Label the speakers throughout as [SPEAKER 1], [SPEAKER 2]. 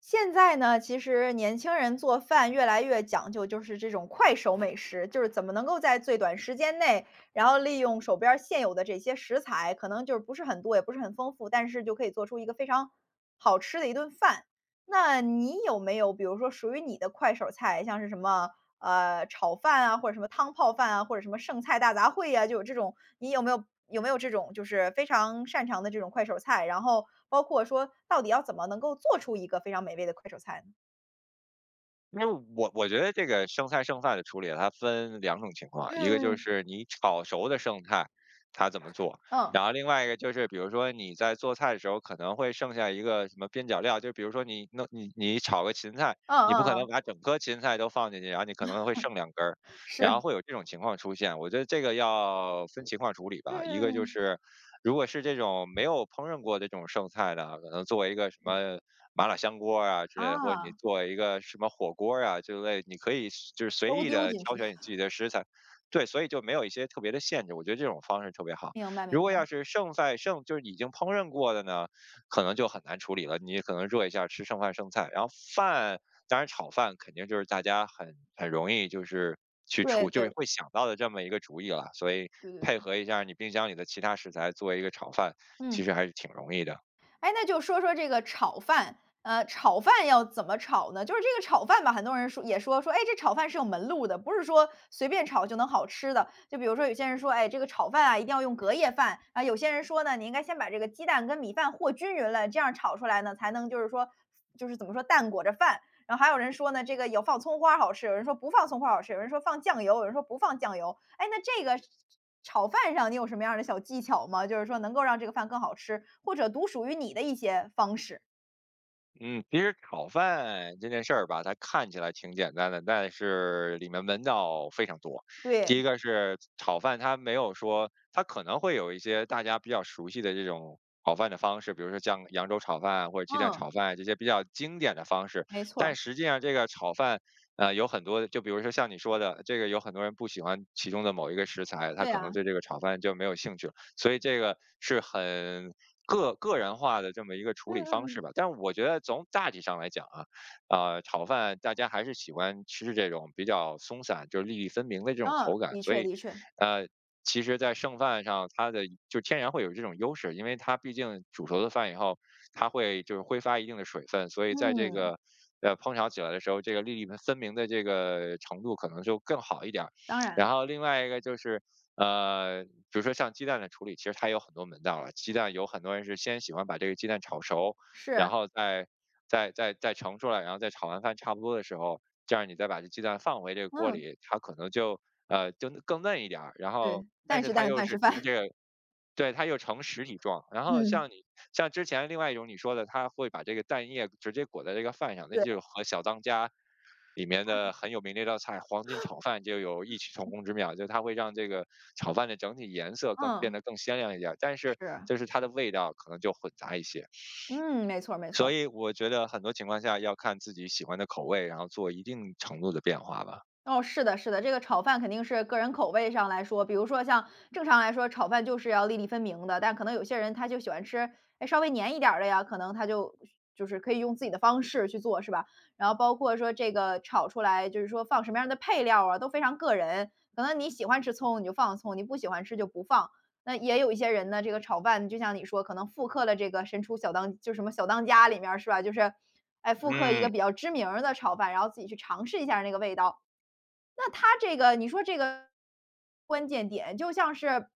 [SPEAKER 1] 现在呢，其实年轻人做饭越来越讲究，就是这种快手美食，就是怎么能够在最短时间内，然后利用手边儿现有的这些食材，可能就是不是很多，也不是很丰富，但是就可以做出一个非常好吃的一顿饭。那你有没有比如说属于你的快手菜，像是什么炒饭啊，或者什么汤泡饭啊，或者什么剩菜大杂烩呀，就有这种你有没有这种就是非常擅长的这种快手菜？然后包括说到底要怎么能够做出一个非常美味的快手菜呢？
[SPEAKER 2] 因为我觉得这个剩菜剩饭的处理，它分两种情况，一个就
[SPEAKER 1] 嗯
[SPEAKER 2] 是你炒熟的剩菜，它怎么做，
[SPEAKER 1] 嗯。
[SPEAKER 2] 然后另外一个就是比如说你在做菜的时候可能会剩下一个什么边角料，就比如说你弄你你炒个芹菜，
[SPEAKER 1] 嗯，嗯
[SPEAKER 2] 你不可
[SPEAKER 1] 嗯
[SPEAKER 2] 能
[SPEAKER 1] 嗯。
[SPEAKER 2] 把整颗芹菜都放进去，然后你可能会剩两根儿。
[SPEAKER 1] 是，
[SPEAKER 2] 然后
[SPEAKER 1] 嗯
[SPEAKER 2] 会有这种情况出现。我觉得这个要分情况处理
[SPEAKER 1] 嗯
[SPEAKER 2] 吧，一个就
[SPEAKER 1] 嗯，
[SPEAKER 2] 是如果是这种没有烹饪过的这种剩菜的，可能作为一个什么麻辣香锅儿啊之类的，或者你
[SPEAKER 1] 啊。
[SPEAKER 2] 做一个什么火锅儿啊之类，你可以就是随
[SPEAKER 1] 都
[SPEAKER 2] 意
[SPEAKER 1] 丢
[SPEAKER 2] 的
[SPEAKER 1] 进
[SPEAKER 2] 挑
[SPEAKER 1] 去。
[SPEAKER 2] 选你 自己的食材。对，所以就没有一些特别的限制，我觉得这种方式特别好。
[SPEAKER 1] 明白明
[SPEAKER 2] 如果要
[SPEAKER 1] 白，
[SPEAKER 2] 是剩菜剩就是已经烹饪过的呢，可能就很难处理了。你可能热一下吃剩饭剩菜，然后饭当然炒饭肯定就是大家很容易就是去
[SPEAKER 1] 对
[SPEAKER 2] 出就
[SPEAKER 1] 对
[SPEAKER 2] 是会想到的这么一个主意了，所以
[SPEAKER 1] 对对
[SPEAKER 2] 配
[SPEAKER 1] 对，
[SPEAKER 2] 合一下你冰箱里的其他食材做一个炒饭，其
[SPEAKER 1] 嗯。
[SPEAKER 2] 实还是挺容易的。
[SPEAKER 1] 哎，那就说说这个炒饭，炒饭要怎么炒呢？就是这个炒饭吧，很多人说也说说哎，这炒饭是有门路的，不是说随便炒就能好吃的。就比如说有些人说，哎，这个炒饭啊一定要用隔夜饭啊，有些人说呢，你应该先把这个鸡蛋跟米饭和均匀了，这样炒出来呢才能就是说，就是怎么说蛋裹着饭。然后还有人说呢，这个有放葱花好吃，有人说不放葱花好吃，有人说放酱油，有人说不放酱油。哎，那这个炒饭上你有什么样的小技巧吗？就是说能够让这个饭更好吃，或者独属于你的一些方式？
[SPEAKER 2] 嗯，其实炒饭这件事儿吧，它看起来挺简单的，但是里面门道非常多。第一
[SPEAKER 1] 对，
[SPEAKER 2] 个是炒饭，它没有说，它可能会有一些大家比较熟悉的这种炒饭的方式，比如说像扬州炒饭或者鸡蛋炒
[SPEAKER 1] 嗯，
[SPEAKER 2] 饭这些比较经典的方式。
[SPEAKER 1] 没错
[SPEAKER 2] 但
[SPEAKER 1] 儿，
[SPEAKER 2] 实际上，这个炒饭，有很多，就比如说像你说的，这个有很多人不喜欢其中的某一个食材，他
[SPEAKER 1] 对
[SPEAKER 2] 可能
[SPEAKER 1] 啊，
[SPEAKER 2] 对这个炒饭就没有兴趣了。所以这个是很个人化的这么一个处
[SPEAKER 1] 嗯
[SPEAKER 2] 理
[SPEAKER 1] 嗯
[SPEAKER 2] 方式
[SPEAKER 1] 嗯，
[SPEAKER 2] 吧。但是我觉得从大体上来讲啊，炒饭大家还是喜欢吃这种比较松散，就是粒粒分明的这种
[SPEAKER 1] 嗯，
[SPEAKER 2] 口感，
[SPEAKER 1] 的
[SPEAKER 2] 所
[SPEAKER 1] 确
[SPEAKER 2] 以，
[SPEAKER 1] 的确，
[SPEAKER 2] 呃。其实，在剩饭上，它的就天然会有这种优势，因为它毕竟煮熟的饭以后，它会就是挥发一定的水分，所以在这
[SPEAKER 1] 嗯，
[SPEAKER 2] 个烹调起来的时候，这个粒粒分明的这个程度可能就更好一点儿。
[SPEAKER 1] 当
[SPEAKER 2] 然
[SPEAKER 1] 然
[SPEAKER 2] 后另外一个就是比如说像鸡蛋的处理，其实它有很多门道了。鸡蛋有很多人是先喜欢把这个鸡蛋炒熟，然
[SPEAKER 1] 是，
[SPEAKER 2] 后再盛出来，然后再炒完饭差不多的时候，这样你再把这鸡蛋放回这个锅
[SPEAKER 1] 嗯，
[SPEAKER 2] 里，它可能就就更嫩一点儿。然后，
[SPEAKER 1] 对，
[SPEAKER 2] 但
[SPEAKER 1] 蛋
[SPEAKER 2] 是
[SPEAKER 1] 是
[SPEAKER 2] 它
[SPEAKER 1] 蛋，
[SPEAKER 2] 又
[SPEAKER 1] 饭
[SPEAKER 2] 是
[SPEAKER 1] 是饭，
[SPEAKER 2] 呈这 个，对，它又成实体状。然后
[SPEAKER 1] 嗯，
[SPEAKER 2] 像你像之前另外一种你说的，它会把这个蛋液直接裹在这个饭上，那
[SPEAKER 1] 对，
[SPEAKER 2] 就是和小当家里面的很有名的一道菜黄金炒饭就有异曲同工之妙，就它会让这个炒饭的整体颜色更变
[SPEAKER 1] 嗯，
[SPEAKER 2] 得更鲜亮一点，但是
[SPEAKER 1] 是，
[SPEAKER 2] 就是它的味道可能就混杂一些。
[SPEAKER 1] 嗯，没错儿没错
[SPEAKER 2] 所
[SPEAKER 1] 儿。
[SPEAKER 2] 以我觉得很多情况下要看自己喜欢的口味，然后做一定程度的变化吧。
[SPEAKER 1] 哦，是的，是的，这个炒饭肯定是个人口味上来说，比如说像正常来说，炒饭就是要粒粒分明的，但可能有些人他就喜欢吃，哎，稍微黏一点儿的呀，可能他就就是可以用自己的方式去做，是吧？然后包括说这个炒出来，就是说放什么样的配料啊，都非常个人。可能你喜欢吃葱，你就放葱；你不喜欢吃就不放。那也有一些人呢，这个炒饭就像你说，可能复刻了这个《神厨小当》就什么小当家里面儿是吧？就是，哎，复刻一
[SPEAKER 2] 嗯。
[SPEAKER 1] 个比较知名儿的炒饭，然后自己去尝试一下那个味道。那他这个你说这个关键点就像是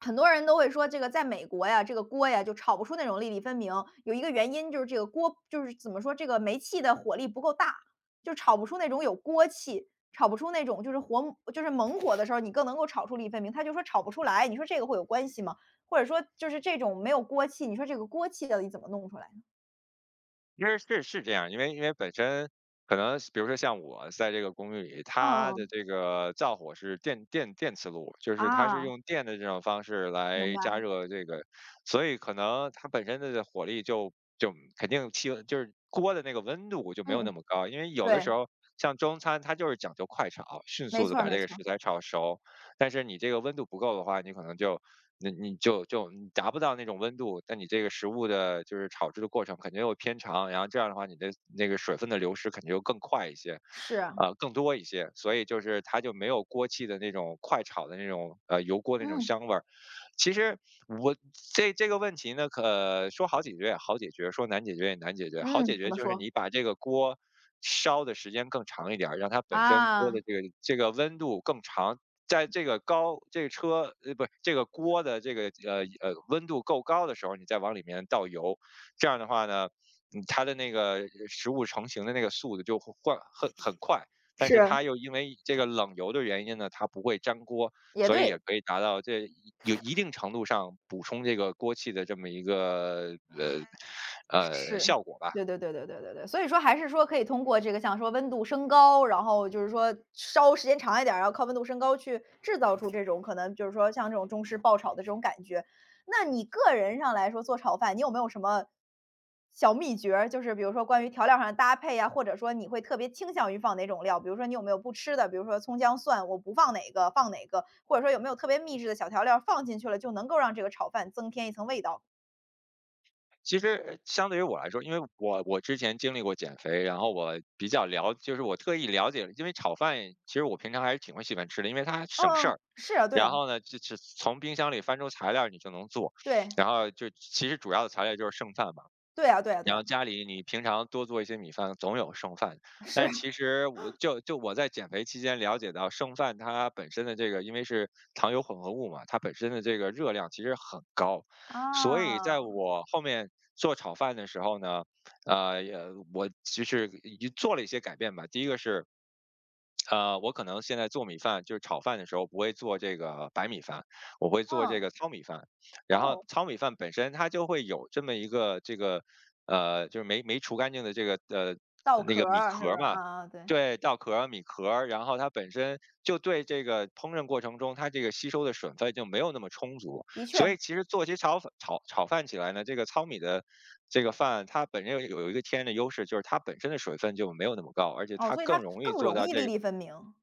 [SPEAKER 1] 很多人都会说这个在美国呀，这个锅呀就炒不出那种粒粒分明。有一个原因就是这个锅就是怎么说，这个煤气的火力不够大，就炒不出那种有锅气，炒不出那种就是火就是猛火的时候，你更能够炒出粒粒分明。他就说炒不出来，你说这个会有关系吗？或者说就是这种没有锅气，你说这个锅气到底怎么弄出来？
[SPEAKER 2] 因为是这样，因为本身可能比如说像我在这个公寓里，它的
[SPEAKER 1] 嗯，
[SPEAKER 2] 这个灶火是电磁炉，就是它是
[SPEAKER 1] 啊，
[SPEAKER 2] 用电的这种方式
[SPEAKER 1] 明
[SPEAKER 2] 来
[SPEAKER 1] 白，
[SPEAKER 2] 加热这个，所以可能它本身的火力就肯定气温就是锅的那个温度就没有那
[SPEAKER 1] 嗯，
[SPEAKER 2] 么高，因为有的
[SPEAKER 1] 对，
[SPEAKER 2] 时候像中餐它就是讲究快炒，迅
[SPEAKER 1] 没
[SPEAKER 2] 速的
[SPEAKER 1] 错儿
[SPEAKER 2] 把
[SPEAKER 1] 没
[SPEAKER 2] 这个
[SPEAKER 1] 错
[SPEAKER 2] 食
[SPEAKER 1] 儿，
[SPEAKER 2] 材炒熟，但是你这个温度不够的话，你可能就那你就你达不到那种温度，那你这个食物的就是炒制的过程肯定又偏长，然后这样的话，你的那个水分的流失肯定就更快一些，
[SPEAKER 1] 是啊，
[SPEAKER 2] 更多一些，所以就是它就没有锅气的那种快炒的那种油锅的那种
[SPEAKER 1] 嗯。
[SPEAKER 2] 香味儿。其实我这这个问题呢，可说好解决也好解决，说难解决也难解决。好解
[SPEAKER 1] 嗯，怎
[SPEAKER 2] 决
[SPEAKER 1] 么
[SPEAKER 2] 就是
[SPEAKER 1] 说？
[SPEAKER 2] 你把这个锅烧的时间更长一点儿，让它本身锅的
[SPEAKER 1] 啊，
[SPEAKER 2] 这个这个温度更长，在这个高这个不是这个锅的这个温度够高的时候，你再往里面倒油，这样的话呢，嗯它的那个食物成型的那个速度就会换很快，但是
[SPEAKER 1] 是。
[SPEAKER 2] 它又因为这个冷油的原因呢，它不会粘锅，
[SPEAKER 1] 也
[SPEAKER 2] 所以
[SPEAKER 1] 对。
[SPEAKER 2] 也可以达到这一有一定程度上补充这个锅气的这么一个
[SPEAKER 1] 是，
[SPEAKER 2] 效果吧。
[SPEAKER 1] 对对对对对对对，所以说还是说可以通过这个像说温度升高，然后就是说烧时间长一点儿，然后靠温度升高去制造出这种可能就是说像这种中式爆炒的这种感觉。那你个人上来说做炒饭，你有没有什么小秘诀儿？就是比如说关于调料上的搭配呀，或者说你会特别倾向于放哪种料？比如说你有没有不吃的，比如说葱姜蒜，我不放哪个放哪个，或者说有没有特别秘制的小调料儿放进去了，就能够让这个炒饭增添一层味道？
[SPEAKER 2] 其实相对于我来说，因为我之前经历过减肥，然后我比较了，就是我特意了解了，因为炒饭其实我平常还是挺会喜欢吃的，因为它省事
[SPEAKER 1] 嗯嗯，
[SPEAKER 2] 儿。
[SPEAKER 1] 是啊，对
[SPEAKER 2] 然
[SPEAKER 1] 啊，
[SPEAKER 2] 后呢，就是从冰箱里翻出材料你就能做，
[SPEAKER 1] 对。
[SPEAKER 2] 然后就其实主要的材料就是剩饭嘛。
[SPEAKER 1] 对啊对啊对
[SPEAKER 2] 然后
[SPEAKER 1] 啊，
[SPEAKER 2] 家里你平常多做一些米饭，总有剩饭。
[SPEAKER 1] 是，
[SPEAKER 2] 但其实我我在减肥期间了解到，剩饭它本身的这个，因为是糖油混合物嘛，它本身的这个热量其实很高，所以
[SPEAKER 1] 啊
[SPEAKER 2] 在 我后面做炒饭的时候呢，也我其实也做了一些改变吧。第一个是我可能现在做米饭，就是炒饭的时候不会做这个白米饭，我会做这
[SPEAKER 1] 嗯，
[SPEAKER 2] 个糙米饭。然后
[SPEAKER 1] 哦，
[SPEAKER 2] 糙米饭本身它就会有这么一个这个，就是没除干净的这个
[SPEAKER 1] 稻
[SPEAKER 2] 那
[SPEAKER 1] 壳
[SPEAKER 2] 个米
[SPEAKER 1] 儿
[SPEAKER 2] 壳
[SPEAKER 1] 是
[SPEAKER 2] 儿
[SPEAKER 1] 吧？
[SPEAKER 2] 嘛，
[SPEAKER 1] 啊啊对，
[SPEAKER 2] 对，稻壳儿、米壳儿，然后它本身就对这个烹饪过程中它这个吸收的水分就没有那么充足，
[SPEAKER 1] 的确，
[SPEAKER 2] 所以其实做起炒粉炒炒饭起来呢，这个糙米的。这个饭它本身有一个天然的优势，就是它本身的水分就没有那么高，而且
[SPEAKER 1] 哦，
[SPEAKER 2] 它
[SPEAKER 1] 所以它
[SPEAKER 2] 更容易
[SPEAKER 1] 更
[SPEAKER 2] 做
[SPEAKER 1] 容
[SPEAKER 2] 到
[SPEAKER 1] 易
[SPEAKER 2] 这
[SPEAKER 1] 粒
[SPEAKER 2] 个
[SPEAKER 1] 粒分明，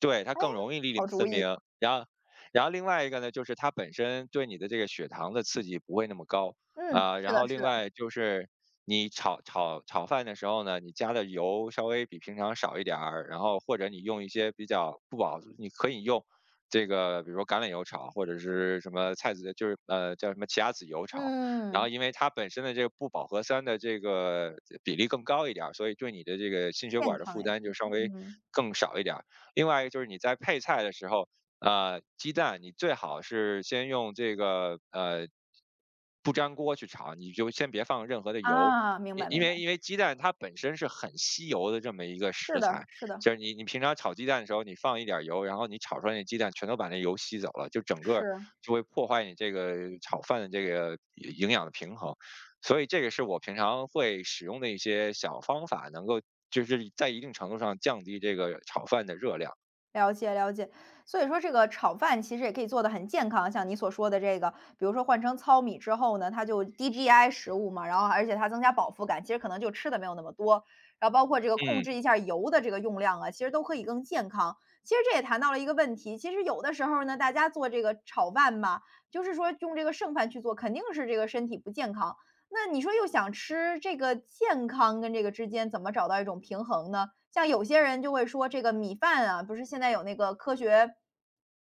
[SPEAKER 2] 对，它更容易粒粒
[SPEAKER 1] 好主
[SPEAKER 2] 分
[SPEAKER 1] 意。
[SPEAKER 2] 明。然后，然后另外一个呢，就是它本身对你的这个血糖的刺激不会那么高
[SPEAKER 1] 嗯，
[SPEAKER 2] 啊、
[SPEAKER 1] 是
[SPEAKER 2] 然后
[SPEAKER 1] 的是
[SPEAKER 2] 另
[SPEAKER 1] 的，
[SPEAKER 2] 外就是你炒饭的时候呢，你加的油稍微比平常少一点儿，然后或者你用一些比较不饱，你可以用这个，比如说橄榄油炒，或者是什么菜籽，就是叫什么奇亚籽油炒。然后
[SPEAKER 1] 嗯，
[SPEAKER 2] 因为它本身的这个不饱和酸的这个比例更高一点儿，所以对你的这个心血
[SPEAKER 1] 健
[SPEAKER 2] 管的
[SPEAKER 1] 康
[SPEAKER 2] 负
[SPEAKER 1] 也
[SPEAKER 2] 担就
[SPEAKER 1] 更
[SPEAKER 2] 稍
[SPEAKER 1] 好，
[SPEAKER 2] 微
[SPEAKER 1] 嗯，
[SPEAKER 2] 更少一点儿。另外一个就是你在配菜的时候，鸡蛋你最好是先用这个不粘锅去炒，你就先别放任何的油。
[SPEAKER 1] 啊，明
[SPEAKER 2] 因
[SPEAKER 1] 白
[SPEAKER 2] 因
[SPEAKER 1] 明白，
[SPEAKER 2] 为因为鸡蛋它本身是很吸油的这么一个
[SPEAKER 1] 是
[SPEAKER 2] 食材，
[SPEAKER 1] 的是的，
[SPEAKER 2] 就是你平常炒鸡蛋的时候，你放一点儿油，然后你炒出来那鸡蛋全都把那油吸走了，就整个
[SPEAKER 1] 是。
[SPEAKER 2] 就会破坏你这个炒饭的这个营养的平衡。所以这个是我平常会使用的一些小方法，能够就是在一定程度上降低这个炒饭的热量。
[SPEAKER 1] 了解了解，所以说这个炒饭其实也可以做得很健康，像你所说的这个，比如说换成糙米之后呢，它就低 GI 食物嘛，然后而且它增加饱腹感，其实可能就吃的没有那么多，然后包括这个控
[SPEAKER 2] 嗯
[SPEAKER 1] 制一下油的这个用量啊，其实都可以更健康。其实这也谈到了一个问题，其实有的时候呢，大家做这个炒饭嘛，就是说用这个剩饭去做，肯定是这个身体不健康。那你说又想吃这个健康跟这个之间怎么找到一种平衡呢？像有些人就会说这个米饭啊，不是现在有那个科学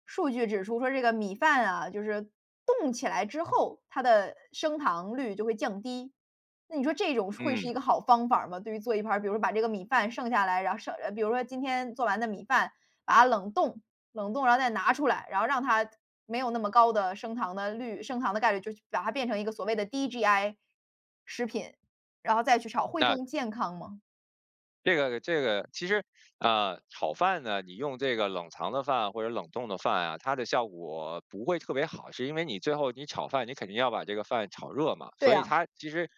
[SPEAKER 1] 数据指出说这个米饭啊，就是冻起来之后，它的升糖率就会降低。那你说这种会是
[SPEAKER 2] 嗯，
[SPEAKER 1] 一个好方法吗？对于做一盘儿，比如说把这个米饭剩下来，然后剩比如说今天做完的米饭，把它冷冻，冷冻然后再拿出来，然后让它没有那么高的升糖的率，升糖的概率，就把它变成一个所谓的低 GI 食品，然后再去炒，会更
[SPEAKER 2] 那
[SPEAKER 1] 健康吗？
[SPEAKER 2] 这个其实炒饭呢，你用这个冷藏的饭或者冷冻的饭啊，它的效果不会特别好，是因为你最后你炒饭，你肯定要把这个饭炒热嘛，
[SPEAKER 1] 对
[SPEAKER 2] 所以
[SPEAKER 1] 啊，
[SPEAKER 2] 它其实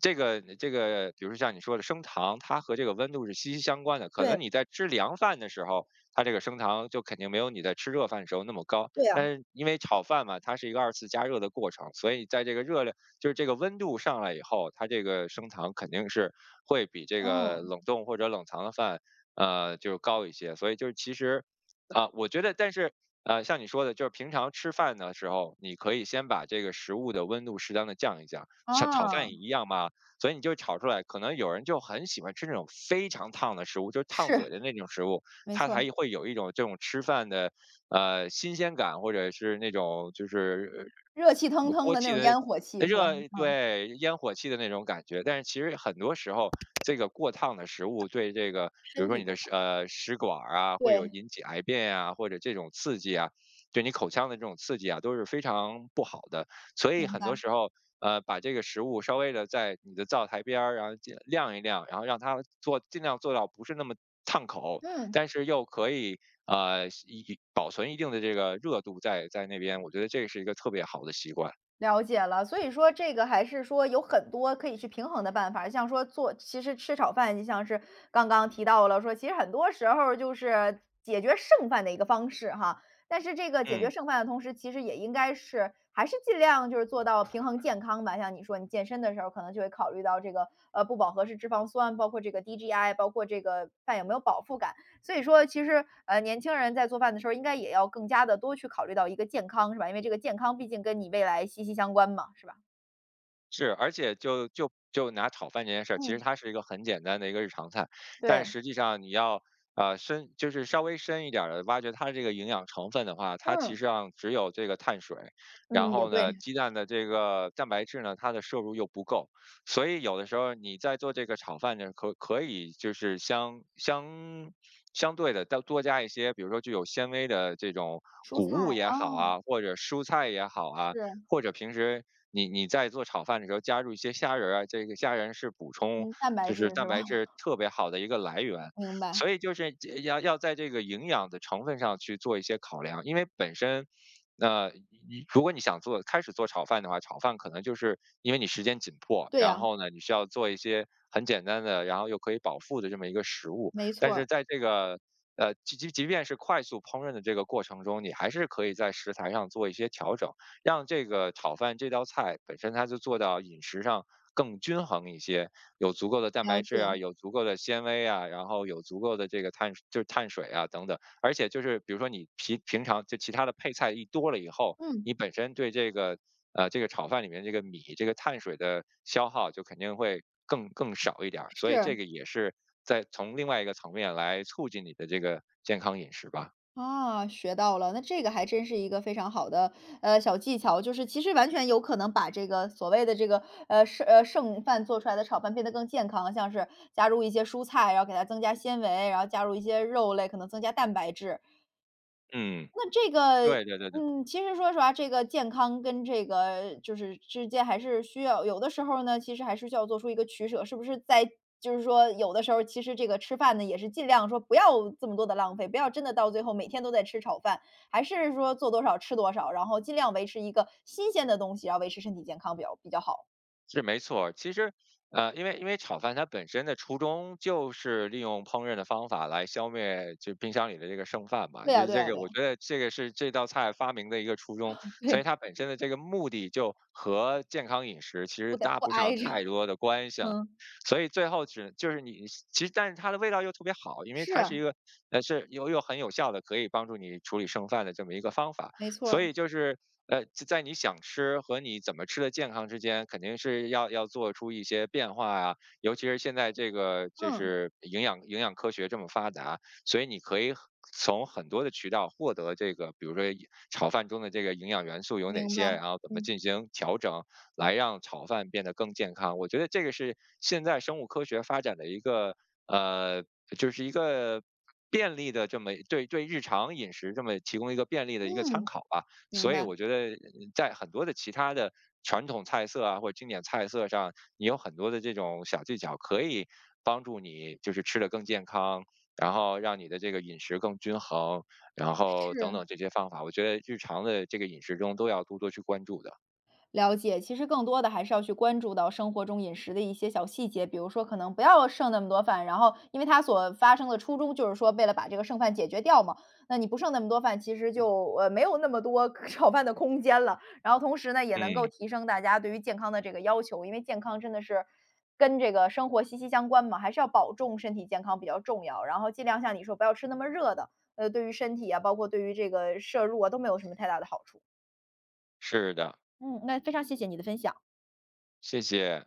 [SPEAKER 2] 这个，比如说像你说的升糖，它和这个温度是息息相关的。可
[SPEAKER 1] 对。
[SPEAKER 2] 能你在吃凉饭的时候，它这个升糖就肯定没有你在吃热饭的时候那么高，
[SPEAKER 1] 对
[SPEAKER 2] 但
[SPEAKER 1] 呀，
[SPEAKER 2] 是因为炒饭嘛，它是一个二次加热的过程，所以在这个热量。就是这个温度上来以后，它这个升糖肯定是会比这个
[SPEAKER 1] 嗯，
[SPEAKER 2] 冷冻或者冷藏的饭，就是高一些。所以就是其实，啊、我觉得，但是像你说的，就是平常吃饭的时候，你可以先把这个食物的温度适当的降一降，像炒饭
[SPEAKER 1] 啊，
[SPEAKER 2] 也一样嘛。所以你就炒出来，可能有人就很喜欢吃那种非常烫的食物，就是烫
[SPEAKER 1] 是，
[SPEAKER 2] 嘴的那种食物，
[SPEAKER 1] 没
[SPEAKER 2] 它
[SPEAKER 1] 错
[SPEAKER 2] 才
[SPEAKER 1] 儿，
[SPEAKER 2] 会有一种这种吃饭的新鲜感，或者是那种就是
[SPEAKER 1] 热气
[SPEAKER 2] 有
[SPEAKER 1] 腾腾
[SPEAKER 2] 锅
[SPEAKER 1] 的那
[SPEAKER 2] 气
[SPEAKER 1] 种
[SPEAKER 2] 的
[SPEAKER 1] 烟火气是吧？
[SPEAKER 2] 热
[SPEAKER 1] 嗯，
[SPEAKER 2] 对，烟火气的那种感觉。但是其实很多时候，这个过烫的食物对这个比如
[SPEAKER 1] 身
[SPEAKER 2] 说
[SPEAKER 1] 体
[SPEAKER 2] 你
[SPEAKER 1] 不
[SPEAKER 2] 的食
[SPEAKER 1] 好，
[SPEAKER 2] 食管儿啊，会有
[SPEAKER 1] 对，
[SPEAKER 2] 引起癌变呀，或者这种刺激啊，对你口腔的这种刺激啊，都是非常不好的。所以
[SPEAKER 1] 明
[SPEAKER 2] 很多
[SPEAKER 1] 白，
[SPEAKER 2] 时候，把这个食物稍微的在你的灶台边儿，然后尽晾一晾，然后让它做尽量做到不是那么烫口，
[SPEAKER 1] 嗯。
[SPEAKER 2] 但是又可以，一保存一定的这个热度在那边，我觉得这个是一个特别好的习惯。
[SPEAKER 1] 了解了，所以说这个还是说有很多可以去平衡的办法，像说做，其实吃炒饭，就像是刚刚提到了说，其实很多时候儿就是解决剩饭的一个方式哈。但是这个解决
[SPEAKER 2] 嗯，
[SPEAKER 1] 剩饭的同时，其实也应该是还是尽量就是做到平衡健康吧。像你说你健身的时候，可能就会考虑到这个不饱和式脂肪酸，包括这个 DGI,包括这个饭有没有饱腹感。所以说，其实,年轻人在做饭的时候，应该也要更加的多去考虑到一个健康，是吧？因为这个健康毕竟跟你未来息息相关嘛，是吧？
[SPEAKER 2] 是，而且就拿炒饭这件事儿，其实
[SPEAKER 1] 嗯，
[SPEAKER 2] 它是一个很简单的一个日常菜，但
[SPEAKER 1] 对，
[SPEAKER 2] 实际上你要深，就是稍微深一点儿的挖掘它的这个营养成分的话，它其
[SPEAKER 1] 嗯，
[SPEAKER 2] 实上只有这个碳水，然
[SPEAKER 1] 嗯，也
[SPEAKER 2] 后呢，
[SPEAKER 1] 对，
[SPEAKER 2] 鸡蛋的这个蛋白质呢，它的摄入又不够，所以有的时候你在做这个炒饭呢，可以就是相对的再多加一些，比如说具有纤维的这种
[SPEAKER 1] 蔬
[SPEAKER 2] 谷
[SPEAKER 1] 菜，
[SPEAKER 2] 物也好
[SPEAKER 1] 啊，
[SPEAKER 2] 啊，或者蔬菜也好啊。
[SPEAKER 1] 是，
[SPEAKER 2] 或者平时你在做炒饭的时候加入一些虾仁儿啊，这个虾仁是补充
[SPEAKER 1] 嗯，蛋白
[SPEAKER 2] 就是
[SPEAKER 1] 质
[SPEAKER 2] 蛋
[SPEAKER 1] 是吧？
[SPEAKER 2] 白质 特别好的一个来源，
[SPEAKER 1] 明白，
[SPEAKER 2] 所以就是这要在这个营养的成分上去做一些考量，因为本身。那你如果你想做开始做炒饭的话，炒饭可能就是因为你时间紧迫，
[SPEAKER 1] 对
[SPEAKER 2] 然
[SPEAKER 1] 呀，
[SPEAKER 2] 后呢，你需要做一些很简单的，然后又可以饱腹的这么一个食物。
[SPEAKER 1] 没
[SPEAKER 2] 但
[SPEAKER 1] 错
[SPEAKER 2] 是
[SPEAKER 1] 儿，
[SPEAKER 2] 在这个即便是快速烹饪的这个过程中，你还是可以在食材上做一些调整。让这个炒饭这道菜本身它就做到饮食上更均衡一些，有足够的蛋白
[SPEAKER 1] 了
[SPEAKER 2] 质啊，
[SPEAKER 1] 解，
[SPEAKER 2] 有足够的纤维啊，然后有足够的这个碳就是碳水啊等等。而且就是比如说你平常就其他的配菜一多了以后，
[SPEAKER 1] 嗯，
[SPEAKER 2] 你本身对这个这个炒饭里面这个米这个碳水的消耗就肯定会更少一点儿，所以这
[SPEAKER 1] 是。
[SPEAKER 2] 个也是在从另外一个层面来促进你的这个健康饮食吧。
[SPEAKER 1] 啊，学到了，那这个还真是一个非常好的，小技巧，就是其实完全有可能把这个所谓的这个，剩饭做出来的炒饭变得更健康，像是加入一些蔬菜，然后给它增加纤维，然后加入一些肉类，可能增加蛋白质。
[SPEAKER 2] 嗯，
[SPEAKER 1] 那这个，
[SPEAKER 2] 对对对对。
[SPEAKER 1] 嗯，其实说实话，这个健康跟这个就是之间还是需要有的时候呢，其实还是需要做出一个取舍，是不是在就是说有的时候，其实这个吃饭呢，也是尽量说不要这么多的浪费，不要真的到最后每天都在吃炒饭，还是说做多少吃多少，然后尽量维持一个新鲜的东西，然后维持身体健康比较好。
[SPEAKER 2] 是没错儿其实，因为炒饭它本身的初衷就是利用烹饪的方法来消灭就冰箱里的这个剩饭嘛，
[SPEAKER 1] 对
[SPEAKER 2] 就
[SPEAKER 1] 呀，
[SPEAKER 2] 是
[SPEAKER 1] 对
[SPEAKER 2] 这
[SPEAKER 1] 呀，
[SPEAKER 2] 个
[SPEAKER 1] 对呀，
[SPEAKER 2] 我觉得这个是这道菜发明的一个初衷，所以
[SPEAKER 1] 对，
[SPEAKER 2] 它本身的这个目的就和健康饮食其实
[SPEAKER 1] 不得
[SPEAKER 2] 搭
[SPEAKER 1] 不
[SPEAKER 2] 不上
[SPEAKER 1] 挨着，
[SPEAKER 2] 太多的关系了。
[SPEAKER 1] 嗯，
[SPEAKER 2] 所以最后只就是你其实，但是它的味道又特别好，因为
[SPEAKER 1] 是
[SPEAKER 2] 它是一
[SPEAKER 1] 啊
[SPEAKER 2] 个，是又很有效的，可以帮助你处理剩饭的这么一个方法。
[SPEAKER 1] 没错
[SPEAKER 2] 所
[SPEAKER 1] 儿，
[SPEAKER 2] 以就是就在你想吃和你怎么吃的健康之间，肯定是要做出一些变化啊。尤其是现在这个就
[SPEAKER 1] 嗯，
[SPEAKER 2] 是营养科学这么发达，所以你可以从很多的渠道获得这个，比如说一炒饭中的这个营养元素有哪
[SPEAKER 1] 明
[SPEAKER 2] 些，
[SPEAKER 1] 白，
[SPEAKER 2] 然后怎么
[SPEAKER 1] 嗯
[SPEAKER 2] 进行调整，来让炒饭变得更健康。我觉得这个是现在生物科学发展的一个呃，就是一个便利的这么对日常饮食这么提供一个便利的一个参
[SPEAKER 1] 嗯，
[SPEAKER 2] 考吧。
[SPEAKER 1] 明
[SPEAKER 2] 所以
[SPEAKER 1] 白，
[SPEAKER 2] 我觉得在很多的其他的传统菜色啊，或者经典菜色上，你有很多的这种小技巧可以帮助你就是吃的更健康，然后让你的这个饮食更均衡，然后等
[SPEAKER 1] 是。
[SPEAKER 2] 等这些方法，我觉得日常的这个饮食中都要多多去关注的。
[SPEAKER 1] 了解，其实更多的还是要去关注到生活中饮食的一些小细节，比如说可能不要剩那么多饭，然后因为它所发生的初衷就是说为了把这个剩饭解决掉嘛，那你不剩那么多饭，其实就没有那么多 可炒饭的空间了。然后同时呢，也能够
[SPEAKER 2] 嗯，
[SPEAKER 1] 提升大家对于健康的这个要求，因为健康真的是跟这个生活息息相关嘛，还是要保重身体健康比较重要。然后尽量像你说，不要吃那么热的，对于身体啊，包括对于这个摄入啊，都没有什么太大的好处。
[SPEAKER 2] 是的，
[SPEAKER 1] 嗯，那非常谢谢你的分享。
[SPEAKER 2] 谢谢。